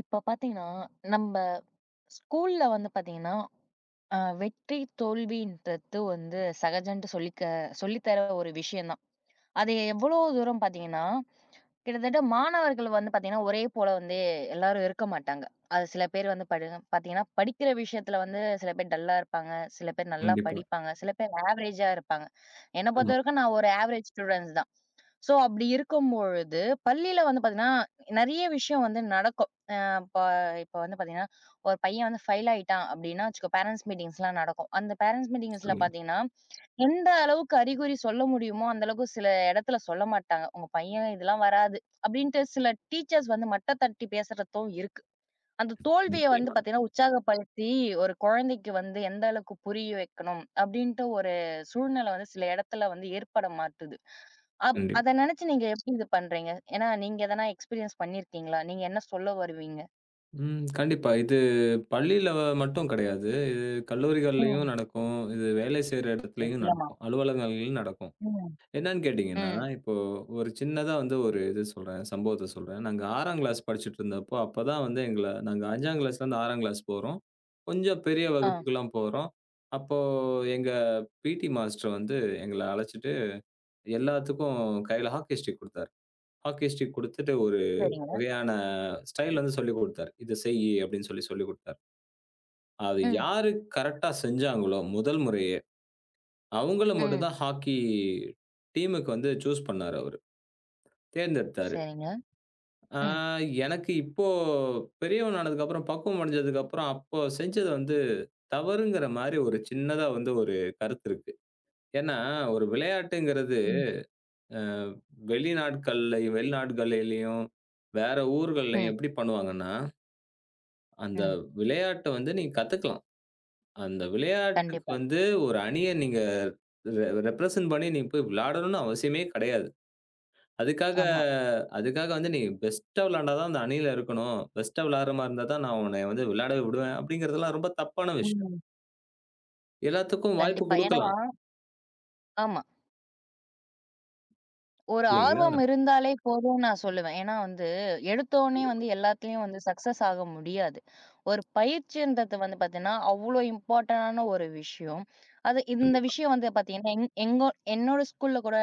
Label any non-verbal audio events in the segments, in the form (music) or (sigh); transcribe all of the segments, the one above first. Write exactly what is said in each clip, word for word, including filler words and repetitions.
இப்ப பாத்தீங்கன்னா, நம்ப ஸ்கூல்ல வந்து பாத்தீங்கன்னா, அ வெற்றி, தோல்வின்றது வந்து சகஜன்ட்டு சொல்லிக்க சொல்லி தர ஒரு விஷயம் தான். அது எவ்வளோ தூரம் பாத்தீங்கன்னா, கிட்டத்தட்ட மாணவர்கள் வந்து பாத்தீங்கன்னா, ஒரே போல வந்து எல்லாரும் இருக்க மாட்டாங்க. அது சில பேர் வந்து படு பாத்தீங்கன்னா, படிக்கிற விஷயத்துல வந்து சில பேர் டல்லா இருப்பாங்க, சில பேர் நல்லா கண்டிப்பா. படிப்பாங்க, சில பேர் ஆவரேஜா இருப்பாங்க. என்ன ஆமா. பொறுத்தவரைக்கும் நான் ஒரு ஆவரேஜ் ஸ்டூடண்ட்ஸ் தான். ஸோ அப்படி இருக்கும்பொழுது, பள்ளியில வந்து பார்த்தீங்கன்னா, நெறைய விஷயம் வந்து நடக்கும். அ இப்ப இப்ப வந்து பார்த்தீங்கன்னா, ஒரு பையன் வந்து ஃபெயில் ஆயிட்டான் அப்படின்னா வச்சுக்கோ, பேரண்ட்ஸ் மீட்டிங்ஸ்லாம் நடக்கும். அந்த பேரண்ட்ஸ் மீட்டிங்ஸ்ல சொல்லுங்க. பார்த்தீங்கன்னா, எந்த அளவுக்கு அறிகுறி சொல்ல முடியுமோ, அந்த அளவுக்கு சில இடத்துல சொல்ல மாட்டாங்க. "உங்க பையன் இதெல்லாம் வராது" அப்படின்ட்டு சில டீச்சர்ஸ் வந்து மட்டம் தட்டி பேசுறதும் இருக்கு. அந்த தோல்விய வந்து நிச்சயமா. பார்த்தீங்கன்னா, உற்சாகப்படுத்தி ஒரு குழந்தைக்கு வந்து எந்த அளவுக்கு புரிய வைக்கணும் அப்படின்ட்டு ஒரு சூழ்நிலை வந்து சில இடத்துல வந்து ஏற்பட மாட்டுது. அப் அத கண்டிப்பா. நெனச்சு நீங்க எப்படி இது பண்றீங்க? ஏன்னா நீங்க எதனா எக்ஸ்பீரியன்ஸ் பண்ணியிருக்கீங்களா? நீங்க என்ன சொல்ல வருவீங்க? ம். கண்டிப்பா. இது பள்ளியில மட்டும் கிடையாது. இது கல்லூரிகள்லயும் ம். நடக்கும். இது வேலை செய்ற இடத்துலயும் நிச்சயமா. நடக்கும். அலுவலகங்கள்லயும் நடக்கும். ம். என்னன்னு கேட்டீங்கன்னா, ம். இப்போ ஒரு சின்னதா வந்து ஒரு இது சொல்றேன். சம்பவத்த சொல்றேன். நாங்க 6ஆம் கிளாஸ் படிச்சுட்டு இருந்தப்போ, அப்பதான் வந்து எங்கள நாங்க 5ஆம் கிளாஸ்லருந்து 6ஆம் கிளாஸ் போறோம். கொஞ்சம் பெரிய ஆ. வகுப்புக்குலாம் போறோம். அப்போ எங்க பிடி மாஸ்டர் வந்து எங்கள அழைச்சுட்டு எல்லாத்துக்கும் கையில ஹாக்கி ஸ்டிக் குடுத்தாரு. ஹாக்கி ஸ்டிக் குடுத்துட்டு சரிங்க. வகையான ஸ்டைல் வந்து சொல்லிக் குடுத்தாரு. "இத செய்யி" அப்படின்னு சொல்லி சொல்லிக் குடுத்தாரு. அது ம். யாரு கரெக்ட்டா செஞ்சாங்களோ முதல் முறையே, அவங்கள ம். ம். மட்டும் தான் ஹாக்கி டீமுக்கு வந்து சூஸ் பண்ணாரு அவரு. தேர்ந்தெடுத்தாரு. சரிங்க. ஆ ம். எனக்கு இப்போ பெரியவன் ஆனதுக்கப்புறம், பக்குவம் அடைஞ்சதுக்கப்புறம், அப்போ செஞ்சது வந்து தவறுங்கிற மாரி ஒரு சின்னதா வந்து ஒரு கருத்து இருக்கு. ஏன்னா, ஒரு விளையாட்டுங்கிறது ம். அ வெளிநாட்கள்லயும் வெளிநாடுகளிலயும், வேற ஊர்கள்லயும் ம். எப்படி பண்ணுவாங்கன்னா, அந்த ம். விளையாட்ட வந்து நீங்க கத்துக்கலாம். அந்த விளையாட்டுக்கு கண்டிப்பா. வந்து ஒரு அணிய நீங்க ரெ ரெப்ரசன்ட் பண்ணி நீங்க போய் விளையாடணும்னு அவசியமே கிடையாது. அதுக்காக ஆமா. அதுக்காக வந்து நீ பெஸ்ட்டா விளையாண்டா தான் அந்த அணியில இருக்கணும். பெஸ்ட்டா விளையாடுற மாரி இருந்தா தான் நான் உன்னைய வந்து விளையாடவே விடுவேன் அப்படிங்கிறதெல்லாம் ரொம்ப தப்பான விஷயம். ம். எல்லாத்துக்கும் வாய்ப்பு கண்டிப்பா. ஏன்னா குடுக்கலாம். ஆமா. ஒரு இல்லைங்களா? ஆர்வம் இருந்தாலே போதும்னு நான் சொல்லுவேன். ஏன்னா வந்து, எடுத்தோனே கண்டிப்பா, வந்து எல்லாத்துலயும் வந்து சக்சஸ் ஆக முடியாது. ஒரு பயிற்சின்றது வந்து பார்த்தீங்கன்னா, அவ்ளோ இம்பார்ட்டன்டான ஒரு விஷயம். அது இந்த கண்டிப்பா. விஷயம் வந்து பார்த்தீங்கன்னா, எங் எங்கோ என்னோட ஸ்கூல்ல கூட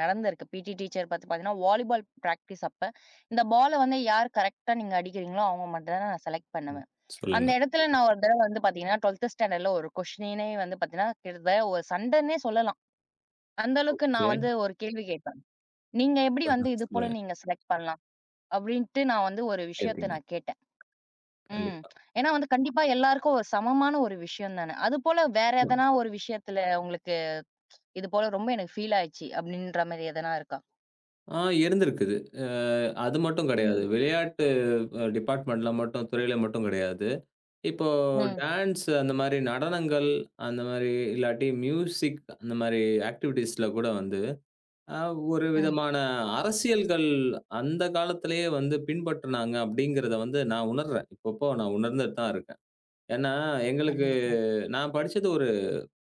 நடந்திருக்கு. பிடி டீச்சர் பார்த்து பார்த்தீங்கன்னா, வாலிபால் பிராக்டிஸ் அப்ப, இந்த பால வந்து யார் கரெக்ட்டா நீங்க அடிக்கிறீங்களோ, அவங்க மட்டும் தான் நான் செலக்ட் ம். பண்ணுவேன். அந்த சொல்லுங்க. இடத்துல ம். நான் ஒரு தடவ வந்து பார்த்தீங்கன்னா, பன்னிரெண்டாம் ஸ்டாண்டர்ட்ல ஒரு கொஸ்டினே வந்து பார்த்தீங்கன்னா, கிட்டத்தட்ட ஒரு சண்டைன்னே சொல்லலாம். அந்த அளவுக்கு நான் ஓகே. வந்து ஒரு கேள்வி கேட்டேன். நீங்க எப்படி வந்து இது போல சொல்லுங்க. நீங்க செலக்ட் பண்ணலாம்? அப்படின்ட்டு நான் வந்து ஒரு விஷயத்த கேட்டீங்க. நான் கேட்டேன். ம். கண்டிப்பா. ஏன்னா வந்து கண்டிப்பா எல்லாருக்கும் ஒரு சமமான ஒரு விஷயம் தானே. அதுபோல வேற எதனா ஒரு விஷயத்துல உங்களுக்கு இது போல ரொம்ப எனக்கு ஃபீல் ஆயிடுச்சு அப்படின்ற மாரி எதனா இருக்கா? ஆ இருந்திருக்குது. அ அது மட்டும் கிடையாது. ம். விளையாட்டு அ டிபார்ட்மென்ட்ல மட்டும், துறையில மட்டும் கிடையாது. இப்போ ம். டான்ஸ் அந்த மாரி நடனங்கள், அந்த மாரி இல்லாட்டி மியூசிக் அந்த மாரி ஆக்டிவிட்டீஸ்ல கூட வந்து, அ ஒரு ம். விதமான அரசியல்கள் அந்த காலத்திலேயே வந்து பின்பற்றுனாங்க அப்படிங்கிறத வந்து நான் உணர்றேன். இப்பப்போ நான் உணர்ந்துட்டு தான் இருக்கேன். ஏன்னா, எங்களுக்கு கண்டிப்பா. நான் படிச்சது ஒரு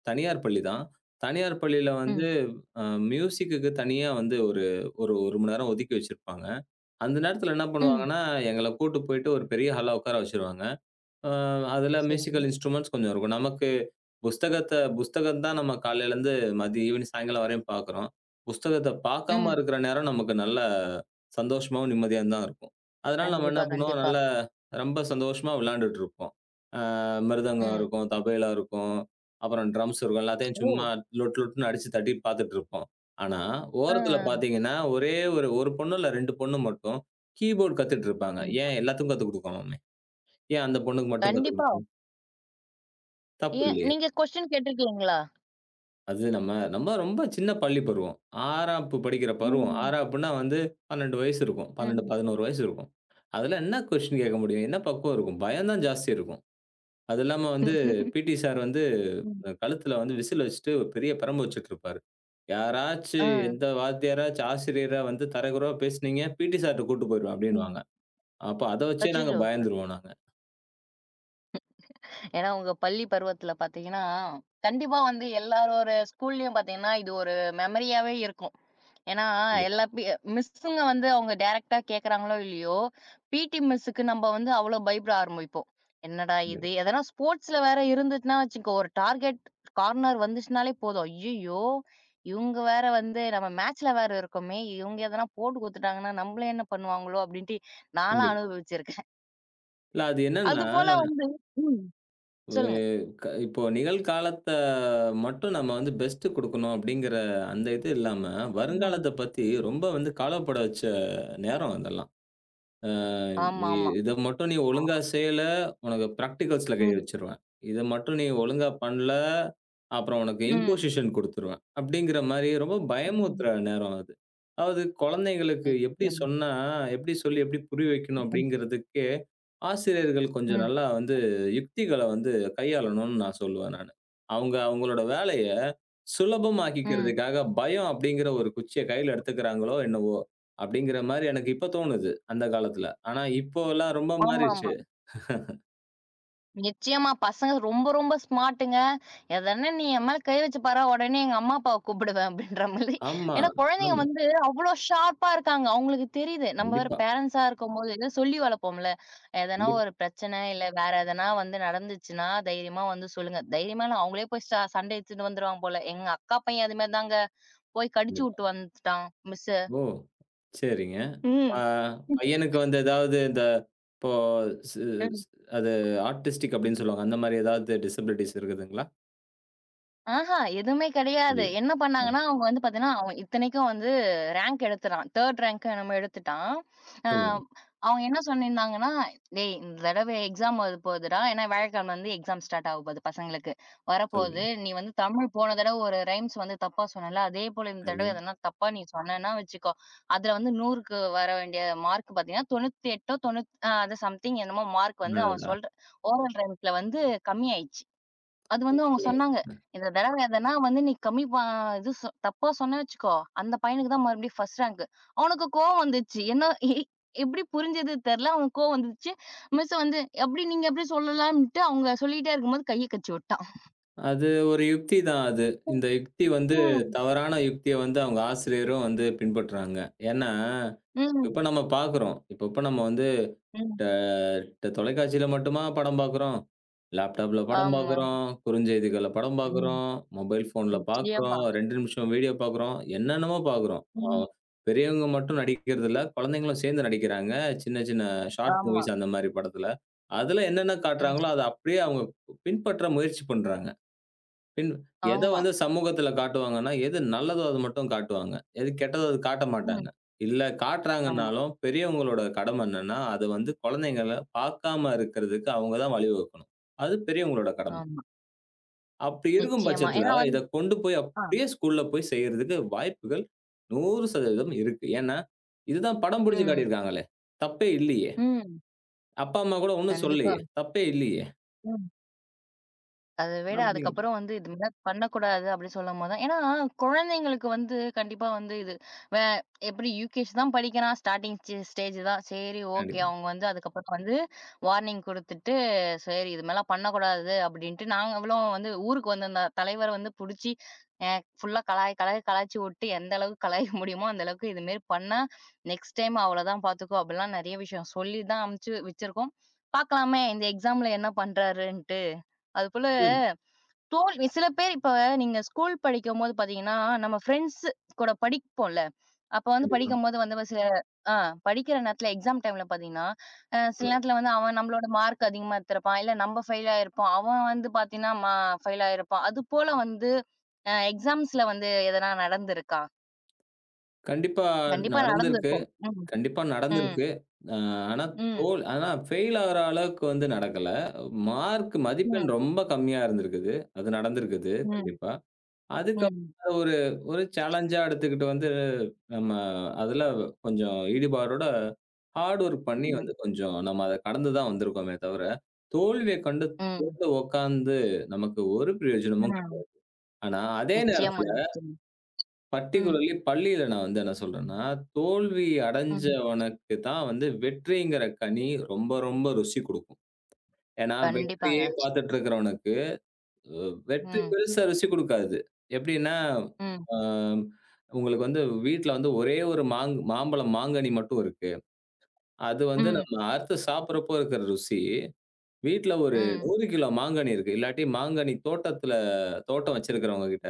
தனியார் பள்ளி தான். தனியார் பள்ளியில வந்து ம். அ மியூசிக்குக்கு தனியா வந்து ஒரு ஒரு 1 மணி நேரம் ஒதுக்கி வச்சிருப்பாங்க. அந்த நேரத்தில என்ன ம். பண்ணுவாங்கன்னா, எங்கள கூட்டு போயிட்டு ஒரு பெரிய ஹால்ல உட்கார வச்சுருவாங்க. ஆ அதுல சரிங்க. மியூசிக்கல் இன்ஸ்ட்ரூமெண்ட்ஸ் கொஞ்சம் இருக்கும். நமக்கு புஸ்தகத்த புஸ்தகம் தான் நம்ம காலையிலருந்து மதியம், ஈவினிங், சாயங்காலம் வரையும் பார்க்குறோம். புஸ்தகத்த பார்க்காம ம். இருக்கிற நேரம் நமக்கு நல்ல சந்தோஷமாவும், நிம்மதியாவும் தான் இருக்கும். அதனால நம்ம கண்டிப்பா, என்ன பண்ணுவோம், கண்டிப்பா. நல்ல ரொம்ப சந்தோஷமா விளையாண்டுட்டு இருப்போம். ஆ மிருதங்கம் ம். இருக்கும், தபேலா இருக்கும், அப்புறம் ட்ரம்ஸ் இருக்கும். எல்லாத்தையும் ஓ! சும்மா லொட்டு லொட்டுன்னு அடிச்சு தட்டி பார்த்துட்டு இருப்போம். ஆனா, ஓரத்துல அ. பார்த்தீங்கன்னா, ஒரே ஒரு 1 பொண்ணு இல்ல ரெண்டு பொண்ணு மட்டும் கீபோர்ட் கத்துட்டு இருப்பாங்க. ம். ஏன் எல்லாத்துக்கும் கத்துக் குடுக்கணுமா? ஏன் அந்த பொண்ணுக்கு மட்டும் கத்துக் கண்டிப்பா. குடுக்கணும்? தப்பு ஏன் இல்லையே! நீங்க கொஸ்டின் கேட்டிருக்கீங்களா? அது நம்ம நம்ம ரொம்ப சின்ன பள்ளி பருவம். 6ஆம் வகுப்பு படிக்கிற பருவம். ம். ஆறு அப்புட்ன்னா வந்து பன்னிரண்டு வயசு இருக்கும். பன்னிரண்டு, ம். பதினொன்று வயசு இருக்கும். அதுல என்ன கொஸ்டின் கேட்க முடியும்? என்ன பக்குவம் இருக்கும்? பயம் தான் ஜாஸ்தி இருக்கும். அது இல்லாம வந்து பிடி சார் வந்து ம். கழுத்துல வந்து விசில் வச்சுட்டு ஒரு பெரிய பிரம்பு வச்சுட்ருப்பாரு. யாராச்சு அ. எந்த வாத்தியாராச்சும் ஆசிரியரா வந்து தரக்குறைவா பேசுனீங்க, பிடி சார்ட்ட கூட்டு போயிருவேன் அப்டின்னுவாங்க. ம். அப்ப அத வச்சே நாங்க அச்சச்சோ! பயந்துருவோம் நாங்க. ஏன்னா, உங்க பள்ளி பருவத்துல பார்த்தீங்கன்னா, கண்டிப்பா வந்து எல்லாரோட ஸ்கூல்லயும் பார்த்தீங்கன்னா, இது ஒரு மெமரியாவே இருக்கும். ஏன்னா, கண்டிப்பா, எல்லா பி மிஸ்ஸுங்க வந்து அவங்க டைரக்ட்டா கேட்கறாங்களோ இல்லையோ, பிடி மிஸ்ஸுக்கு நம்ம வந்து அவ்ளோ பயப்பட ஆரம்பிப்போம். என்னடா இது? கண்டிப்பா, எதனா ஸ்போர்ட்ஸ்ல வேற இருந்துச்சுன்னா வச்சுக்கோ, ஒரு டார்கெட் கார்னர் வந்துச்சுனாலே போதும். ஐய்யய்யோ! இவங்க வேற வந்து நம்ம மேட்ச்ல வேற இருக்கோமே! இவங்க எதனா போட்டு குடுத்துட்டாங்கன்னா, நம்மள என்ன பண்ணுவாங்களோ? அப்படின்ட்டு நான்லாம் கண்டிப்பா. அனுபவிச்சிருக்கேன். இல்ல அது என்னன்னா அதுபோல வந்து ம். ஒ சொல்லுங்க. க இப்போ நிகழ்காலத்த மட்டும் நம்ம வந்து பெஸ்ட் குடுக்கணும் அப்படிங்கிற அந்த இது இல்லாம, ம். வருங்காலத்த பத்தி ரொம்ப வந்து கவலைப்பட வச்ச நேரம் அதெல்லாம். அ இ ஆமாமா. இத மட்டும் நீ ஒழுங்கா செய்யல, உனக்கு பிராக்டிகல்ஸ்ல கை ம், வச்சுருவேன். இத மட்டும் நீ ஒழுங்கா பண்ணல, அப்புறம் உனக்கு ம், இம்போசிஷன் குடுத்துருவேன். அப்படிங்கிற மாரி ரொம்ப ம். பயமுறுத்துற நேரம் அது. அதாவது குழந்தைங்களுக்கு எப்படி நிச்சயமா. சொன்னா, எப்படி சொல்லி எப்படி புரிய வைக்கணும் அப்படிங்கிறதுக்கே, ஆசிரியர்கள் கொஞ்சம் ம், நல்லா வந்து யுக்திகள வந்து கையாளணும்னு நான் சொல்லுவேன் நானு. அவங்க அவங்களோட வேலைய ம். சுலபமாக்கிக்கிறதுக்காக பயம் அப்படிங்கிற ஒரு குச்சிய கையில எடுத்துக்கிறாங்களோ என்னவோ! அப்படிங்கிற மாரி எனக்கு இப்ப தோணுது. அந்த காலத்துல. ஆனா இப்போலாம் ரொம்ப மாறிருச்சு. ஆமாமா. நிச்சயமா பசங்க ரொம்ப, ரொம்ப ஸ்மார்ட்டுங்க. எதனா "நீ என் மேல கை வச்சு பாரேன், உடனே எங்க அம்மா, அப்பாவ கூப்பிடுவேன்" அப்படின்ற மாதிரி. ஆமா, ஏன்னா குழந்தைங்க ஆமா. வந்து அவ்வளோ ஷார்ப்பா இருக்காங்க. அவங்களுக்கு தெரியுது. நம்ம வேற கண்டிப்பா, பேரண்ட்ஸா இருக்கும்போது ஏதோ சொல்லி வளர்ப்போம்ல. எதனா ஒரு கண்டிப்பா, பிரச்சனை, இல்ல வேற எதனா வந்து நடந்துச்சுன்னா தைரியமா வந்து சொல்லுங்க. தைரியமா இல்ல அவங்களே போய் ச சண்டை இழுத்துட்டு வந்துருவாங்க போல. எங்க அக்கா பையன் அது மாரி தாங்க. போய் கடிச்சு கண்டிப்பா. வுட்டு வந்துட்டான் மிஸ்ஸு. ஓ! சரிங்க. ஆ பையனுக்கு வந்து ஏதாவது இந்த இப்போ ஸ் ம். ஸ் அது ஆர்டிஸ்டிக் அப்படின்னு சொல்லுவாங்க. அந்த மாரி ஏதாவது டிசபிலிட்டிஸ் இருக்குதுங்களா? ஆஹா! எதுவுமே கிடையாது. இல்ல. என்ன ஆ பண்ணாங்கன்னா, அவங்க வந்து பார்த்தீங்கன்னா, அவன் இத்தனைக்கும் வந்து ரேங்க் எடுத்துட்டான். மூணு ரேங்க்கோ என்னமோ எடுத்துட்டான். அ சொல்லுங்க, அவங்க என்ன சொல்லியிருந்தாங்கன்னா, "டேய் இந்த தடவை எக்ஸாம் வரப்போகுதுடா. ஏன்னா வியாழக்கிழமை வந்து எக்ஸாம் ஸ்டார்ட் ஆக போகுது பசங்களுக்கு. சொல்லுங்க. வரப்போகுது. நீ வந்து தமிழ் போன தடவை ஒரு ரைம்ஸ் வந்து தப்பா சொன்னல்ல. அதே போல இந்த சரி. தடவை எதனா தப்பா நீ சொன்னேன்னா வச்சுக்கோ, அதுல வந்து நூறுக்கு வர வேண்டிய மார்க் பார்த்தீங்கன்னா, தொண்ணூத்தி எட்டோ, தொண்ணூத் அ அது சம்திங் என்னமோ மார்க் வந்து அவன் அடடா! சொல்ற ஓரல் ரைம்ஸ்ல வந்து கம்மியாயிடுச்சு. அது சொ வந்து அவங்க சொல்லுங்க, சொன்னாங்க. சொல்லுங்க. இந்த தடவ எதனா வந்து நீ கம்மி ப இது சொ தப்பா சொன்னேன்னு வச்சுக்கோ, அந்த பையனுக்கு தான் மறுபடியும் ஃபர்ஸ்ட் ரேங்க். அவனுக்கு கோவம் வந்துச்சு. என்ன எ எப்படி புரிஞ்சது தெர்ல. அவனுக்கு கோவம் வந்துச்சு. மிஸ் வந்து எப்படி நீங்க எப்படி சொல்லலாம்ன்ட்டு அவங்க சொல்லிட்டே இருக்கும்போது கைய கச்சி விட்டான். அது ஒரு யுக்தி தான் அது. இந்த யுக்தி வந்து ம், தவறான யுக்திய வந்து அவங்க ஆசிரியரும் வந்து பின்பற்றுறாங்க. ஏன்னா, இப்ப ம், இப்ப நம்ம பார்க்குறோம். இப்ப இப்ப நம்ம வந்து ம். ட ட தொலைக்காட்சியில மட்டுமா படம் பார்க்குறோம்? லேப்டாப்ல படம் ஆமா. பார்க்குறோம், குறுஞ்செய்திகள்ல படம் ம். பார்க்குறோம், மொபைல் ஃபோன்ல நிச்சயமா. பார்க்குறோம், ரெண்டு நிமிஷம் வீடியோ பார்க்குறோம், என்னென்னமோ பார்க்குறோம். அ ம். பெரியவங்க மட்டும் நடிக்கிறதில்ல, குழந்தைங்களும் சேர்ந்து நடிக்கிறாங்க. சின்ன சின்ன ஷார்ட் ஆமா. மூவிஸ் அந்த மாரி படத்துல. அதுல என்னென்ன ம். காட்டுறாங்களோ, அத அப்படியே அவங்க பின்பற்ற முயற்சி பண்றாங்க. பின் எத ஆமா. வந்து சமூகத்துல காட்டுவாங்கன்னா, எது நல்லதோ அது மட்டும் காட்டுவாங்க. எது கெட்டதோ அது காட்ட ம். மாட்டாங்க. இல்ல ஆமா, காட்டுறாங்கன்னாலும், பெரியவங்களோட கடமை என்னன்னா, அது வந்து குழந்தைங்கள பார்க்காம இருக்கிறதுக்கு அவங்க தான் வழிவகுக்கணும். அது பெரியவங்களோட கடமை. ஆமா. அப்படி இருக்கும் நிச்சயமா. பட்சத்துல, ஏன்னா வந்து இத கொண்டு போய் ஆ. அப்படியே ஸ்கூல்ல போய் செய்யறதுக்கு வாய்ப்புகள் நூறு சதவீதம் இருக்கு. ஏன்னா, இதுதான் படம் பிடிச்சு ம். காட்டியிருக்காங்களே! தப்பே இல்லையே! ம். அப்பா, அம்மா கூட ஒண்ணும் கண்டிப்பா. சொல்லலையே! தப்பே இல்லையே! அத விட அப்படிங்கிற அதுக்கப்புறம் வந்து இது மாரி பண்ணக்கூடாது அப்டி சொல்லும்போது தான் ஏன்னா, குழந்தைங்களுக்கு வந்து கண்டிப்பா வந்து இது வே எப்படி யூகேஜி தான் படிக்கிறான். ஸ்டார்ட்டிங் ஸ்டே ஸ்டேஜ் தான். சரி ஓகே. கண்டிப்பா. அவங்க வந்து அதுக்கப்புறம் வந்து வார்னிங் குடுத்துட்டு, சரி இது மாரிலாம் பண்ணக்கூடாது அப்டின்ட்டு நாங்களும் வந்து ஊருக்கு வந்திருந்த தலைவர வந்து புடிச்சு அ ஃபுல்லா கலாய் கலாய் கலாய்ச்சி விட்டு எந்த அளவுக்கு கலாய்க்க முடியுமோ அந்த அளவுக்கு இது மாரி பண்ணா, நெக்ஸ்ட் டைம் அவ்வளோதான் பார்த்துக்கோ அப்படிலாம் நெறைய விஷயம் சொல்லி தான் அனுப்பிச்சு வச்சிருக்கோம். பார்க்கலாமே இந்த எக்ஸாம்ல என்ன பண்றாருன்ட்டு. அதுபோல இது தோல் சில பேர் இப்ப நீங்க ஸ்கூல் படிக்கும்போது பாத்தீங்கன்னா, நம்ம ஃப்ரெண்ட்ஸ் கூட படிப்போம்ல. அப்ப வந்து கண்டிப்பா. படிக்கும்போது வந்து சில ஆ படிக்கிற நேரத்துல எக்ஸாம் டைம்ல பாத்தீங்கன்னா, அ சில சொல்லுங்க. நேரத்துல வந்து அவன் நம்மளோட மார்க் அதிகமா எடுத்திருப்பான். இல்ல நம்ம ஃபெயில் ஆயிருப்போம். அவன் வந்து பாத்தீங்கன்னா, ம ஃபெயில் ஆயிருப்பான். அது போல வந்து அ எக்ஸாம்ஸ்ல வந்து எதனா நடந்திருக்கா? கண்டிப்பா கண்டிப்பா நடந்திருக்கு. நடந்திருக்கும். ம். கண்டிப்பா ம். நடந்திருக்கு. அ ஆனா ம். தோல் ஆனா ஃபெயில் ஆகுற அளவுக்கு வந்து நடக்கல. மார்க் ம். மதிப்பெண் ரொம்ப கம்மியா இருந்திருக்குது. அது நடந்திருக்குது ம். கண்டிப்பா. அதுக்கப்புறம் ம். அத ஒரு ஒரு சேலஞ்சா எடுத்துக்கிட்டு வந்து நம்ம அதுல கொஞ்சம் ஈடுபாடோட ஹார்ட் ஒர்க் பண்ணி ம். வந்து கொஞ்சம் நம்ம அத கடந்து தான் வந்திருக்கோமே தவிர, தோல்விய கண்டு ம். சோர்ந்து உட்கார்ந்து நமக்கு ஒரு பிரயோஜனமும் ம். கிடையாது. ஆனா அதே நிச்சயமா, நேரத்துல நிச்சயமா. ம். பர்ட்டிகுலர்லி பள்ளியில நான் வந்து என்ன சொல்றேன்னா, தோல்வி ம். அடைஞ்சவனுக்கு தான் வந்து வெற்றிங்கிற கனி ரொம்ப, ரொம்ப ருசி குடுக்கும். ஏன்னா கண்டிப்பாங்க. வெற்றியே பார்த்துட்டு இருக்கிறவனுக்கு, அ வெற்றி ம். பெருசா ருசி குடுக்காது. எப்படின்னா, ம். அ உங்களுக்கு வந்து வீட்ல வந்து ஒரே ஒரு மாங் மாம்பழம் மாங்கனி மட்டும் இருக்கு. அது வந்து ம். நம்ம அறுத்து சாப்பிடுறப்போ இருக்கிற ருசி வீட்ல ஒரு ம். நூறு கிலோ மாங்கனி இருக்கு. இல்லாட்டி மாங்கனி தோட்டத்துல தோட்டம் வச்சிருக்கிறவங்க கிட்ட,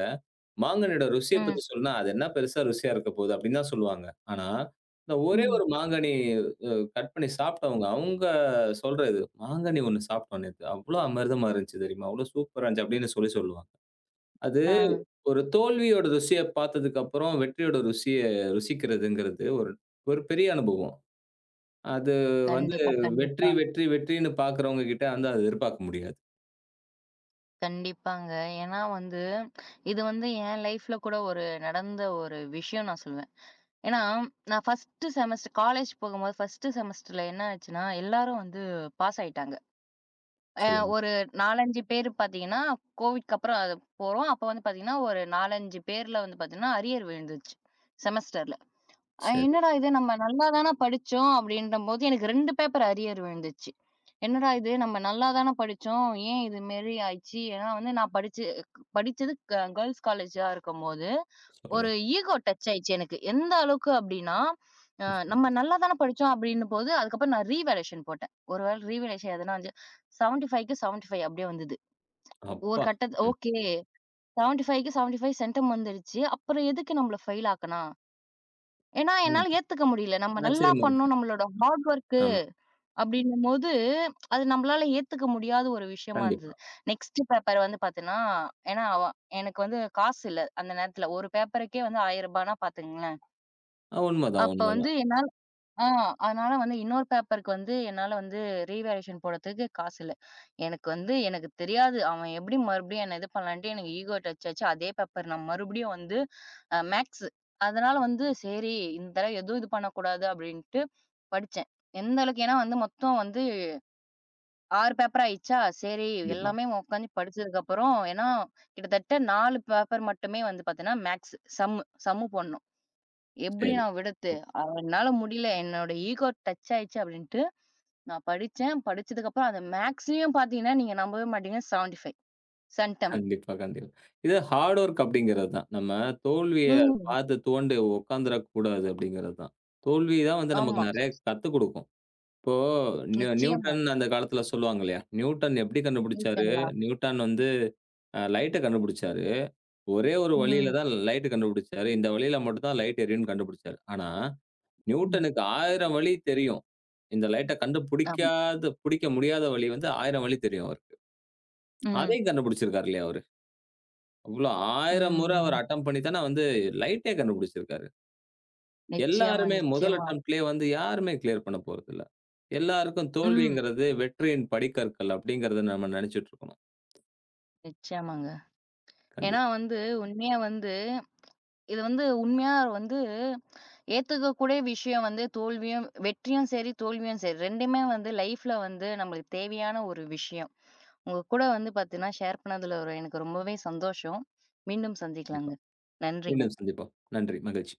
மாங்கனியோட ருசியப் ம். பத்தி சொன்னா, "அது என்ன பெருசா ருசியா இருக்கப் போகுது?" அப்படின்னு தான் சொல்லுவாங்க. ஆனா, இந்த ஒரே ம். ஒரு மாங்கனி அ கட் பண்ணி சாப்பிட்டவங்க, அவங்க சொல்ற இது, "மாங்கனி ஒண்ணு சாப்பிட்டோம் நேத்து. அவ்ளோ அமிர்தமா இருந்துச்சு தெரியுமா? அவ்ளோ சூப்பரா இருந்துச்சு" அப்படின்னு சொல்லிச் சொல்லுவாங்க. அது ஆ. ஒரு தோல்வியோட ருசியப் பார்த்ததுக்கு அப்புறம் வெற்றியோட ருசிய ருசிக்கிறதுங்கிறது ஒரு ஒரு பெரிய அனுபவம். அது வந்து கண்டிப்பா, வெற்றி, கண்டிப்பா. வெற்றி, வெற்றின்னு பாக்குறவங்க கிட்ட வந்து அத எதிர்பார்க்க முடியாது. கண்டிப்பாங்க. ஏன்னா வந்து, இது வந்து என் லைஃப்ல கூட ஒரு நடந்த ஒரு விஷயம் நான் சொல்லுவேன். ஏன்னா, நான் ஃபர்ஸ்ட்டு செமஸ்டர் காலேஜ் போகும்போது ஃபர்ஸ்ட்டு செமஸ்டர்ல என்ன ஆச்சுன்னா, எல்லாரும் வந்து பாஸ் ஆயிட்டாங்க. அ சொல்லுங்க. ஒரு நான்கு, அஞ்சு பேர் பார்த்தீங்கன்னா, கோவிட்க்கு அப்புறம் அது போறோம். அப்ப வந்து பார்த்தீங்கன்னா, ஒரு நான்கு, ஐந்து பேர்ல வந்து பார்த்தீங்கன்னா, அரியர் விழுந்துச்சு செமஸ்டர்ல. அ சரி, என்னடா இது நம்ம நல்லா தான படிச்சோம் அப்படின்றபோது எனக்கு ரெண்டு பேப்பர் அரியர் விழுந்துச்சு. என்னடா இது நம்ம நல்லா தான படிச்சோம். ஏன் இது மாரி ஆயிடுச்சு? ஏன்னா வந்து நான் படிச்சு படிச்சது க கேர்ல்ஸ் காலேஜா இருக்கும்போது, சொல்லுங்க. ஒரு ஈகோ டச் ஆயிடுச்சு எனக்கு. எந்த அளவுக்கு அப்படின்னா, அ (laughs) ம். நம்ம நல்லா தான படிச்சோம் அப்படின்னும்போது, அதுக்கப்புறம் நான் ரீவேல்யூவேஷன் போட்டேன். ஒரு வேளை ரீவேல்யூவேஷன் எதனா வந்து எழுபத்தி ஐந்துக்கு எழுபத்தி ஐந்து அப்படியே வந்தது. ஒரு அப்பா! கட்டத் ம். ஓகே எழுபத்தி ஐந்துக்கு எழுபத்தி ஐந்து சென்டம் வந்துடுச்சு. அப்புறம் எதுக்கு நம்மள ஃபெயில் ஆக்குனா? ஏன்னா, என்னால ம். ஏத்துக்க முடியல. நம்ம நல்லா ஆச்சரியமா இருக்கு. பண்ணோம். நம்மளோட ஹார்ட் வொர்க்கு ஆமா, அப்படின்னும்போது, அது நம்மளால ஏத்துக்க முடியாத ஒரு விஷயமா இருந்தது. கண்டிப்பா. நெக்ஸ்ட் பேப்பர் வந்து பார்த்தீங்கன்னா, ஏன்னா அவ எனக்கு வந்து காசு இல்ல. அந்த நேரத்துல ஒரு பேப்பருக்கே வந்து ரூ. ஆயிரம்னா பாத்துக்கங்களேன். அ உண்மதான், அப்ப வந்து உண்மதான். என்னால ஆ, அதனால வந்து இன்னொரு பேப்பருக்கு வந்து என்னால வந்து ரீவேல்யூவேஷன் போடறதுக்கு காசு இல்ல. எனக்கு வந்து எனக்கு தெரியாது. அவன் எப்படி மறுபடியும் என்ன இது பண்ணலான்ட்டு எனக்கு ஈகோ டச் ஆச்சு. அதே பேப்பர் நான் மறுபடியும் வந்து அ மேக்ஸ். அதனால வந்து சரி இந்த தடவ எதுவும் இது பண்ணக்கூடாது அப்படின்ட்டு படிச்சேன். எந்த அளவுக்கு ஏன்னா வந்து மொத்தம் வந்து ஆறு பேப்பர் ஆயிடுச்சா, சரி கண்டிப்பா. எல்லாமே உட்காந்து படிச்சதுக்கு அப்புறம் ஏன்னா கிட்டத்தட்ட நாலு பேப்பர் மட்டுமே வந்து பார்த்தீங்கன்னா மேக்ஸ் சம்மு சம்மு போடணும். எப்படி சரி. நான் விடுறது? ஓக் அ என்னால முடியல. என்னோட ஈகோ டச் ஆயிடுச்சு அப்படின்ட்டு நான் படிச்சேன். படிச்சதுக்கு அப்புறம் அந்த மேக்ஸ்லயும் பார்த்தீங்கன்னா, நீங்க நம்பவே மாட்டீங்க எழுபத்தி ஐந்து சன் தமிழ். கண்டிப்பா, கண்டிப்பா. இது ஹார்ட் ஒர்க் அப்படிங்கிறது தான். நம்ம தோல்விய ம். பார்த்து துவண்டு உட்காந்துறக்கூடாது அப்படிங்கிறது தான். தோல்வி தான் வந்து நமக்கு ஆமா. நெறைய கத்துக் குடுக்கும். இப்போ நியூ நிச்சயமா. நியூட்டன் அந்த காலத்துல சொல்லுவாங்க இல்லையா? நியூட்டன் எப்படி கண்டுபிடிச்சாரு? ஓகேங்களா? நியூட்டன் வந்து அ லைட்ட கண்டுபிடிச்சாரு. ஒரே ஒரு வழியில ம். தான் லைட் கண்டுபிடிச்சாரு. இந்த வழியில மட்டும் தான் லைட் எரியும்னு கண்டுபிடிச்சாரு. ஆனா ம். நியூட்டனுக்கு ஆயிரம் வழி தெரியும். இந்த லைட்ட ஆமா. கண்டுபிடிக்காத பிடிக்க முடியாத வழி வந்து ஆயிரம் வழி தெரியும் அவருக்கு. ம். அதையும் கண்டுபிடிச்சிருக்காரு இல்லையா அவரு? அவ்ளோ ஆயிரம் முறை அவர் ம். அட்டெம்ப்ட் பண்ணி தானே வந்து லைட்டே கண்டுபிடிச்சிருக்காரு. நிச்சயமா, எல்லாருமே முதல் நிச்சயமா. அட்டெம்ப்ட்லயே வந்து யாருமே கிளியர் பண்ண போறதில்ல. எல்லாருக்கும் ம். தோல்விங்கிறது வெற்றியின் படிக்கற்கள் அப்படிங்கிறத நம்ம நினைச்சுட்டு இருக்கணும். நிச்சயமாங்க. ஏன்னா கண்டிப்பா, வந்து உண்மையா வந்து இது வந்து உண்மையா வந்து ஏத்துக்கக்கூடிய விஷயம் வந்து தோல்வியும் வெற்றியும் சரி, தோல்வியும் சரி ரெண்டுமே வந்து லைஃப்ல வந்து நம்மளுக்கு தேவையான ஒரு விஷயம். உங்க கூட வந்து பார்த்தீங்கன்னா, ஷேர் பண்ணதுல ஒரு எனக்கு ரொம்பவே சந்தோஷம். மீண்டும் சந்திக்கலாங்க. கண்டிப்பா. நன்றிங்க. மீண்டும் சந்திப்போம். நன்றி, மகிழ்ச்சி.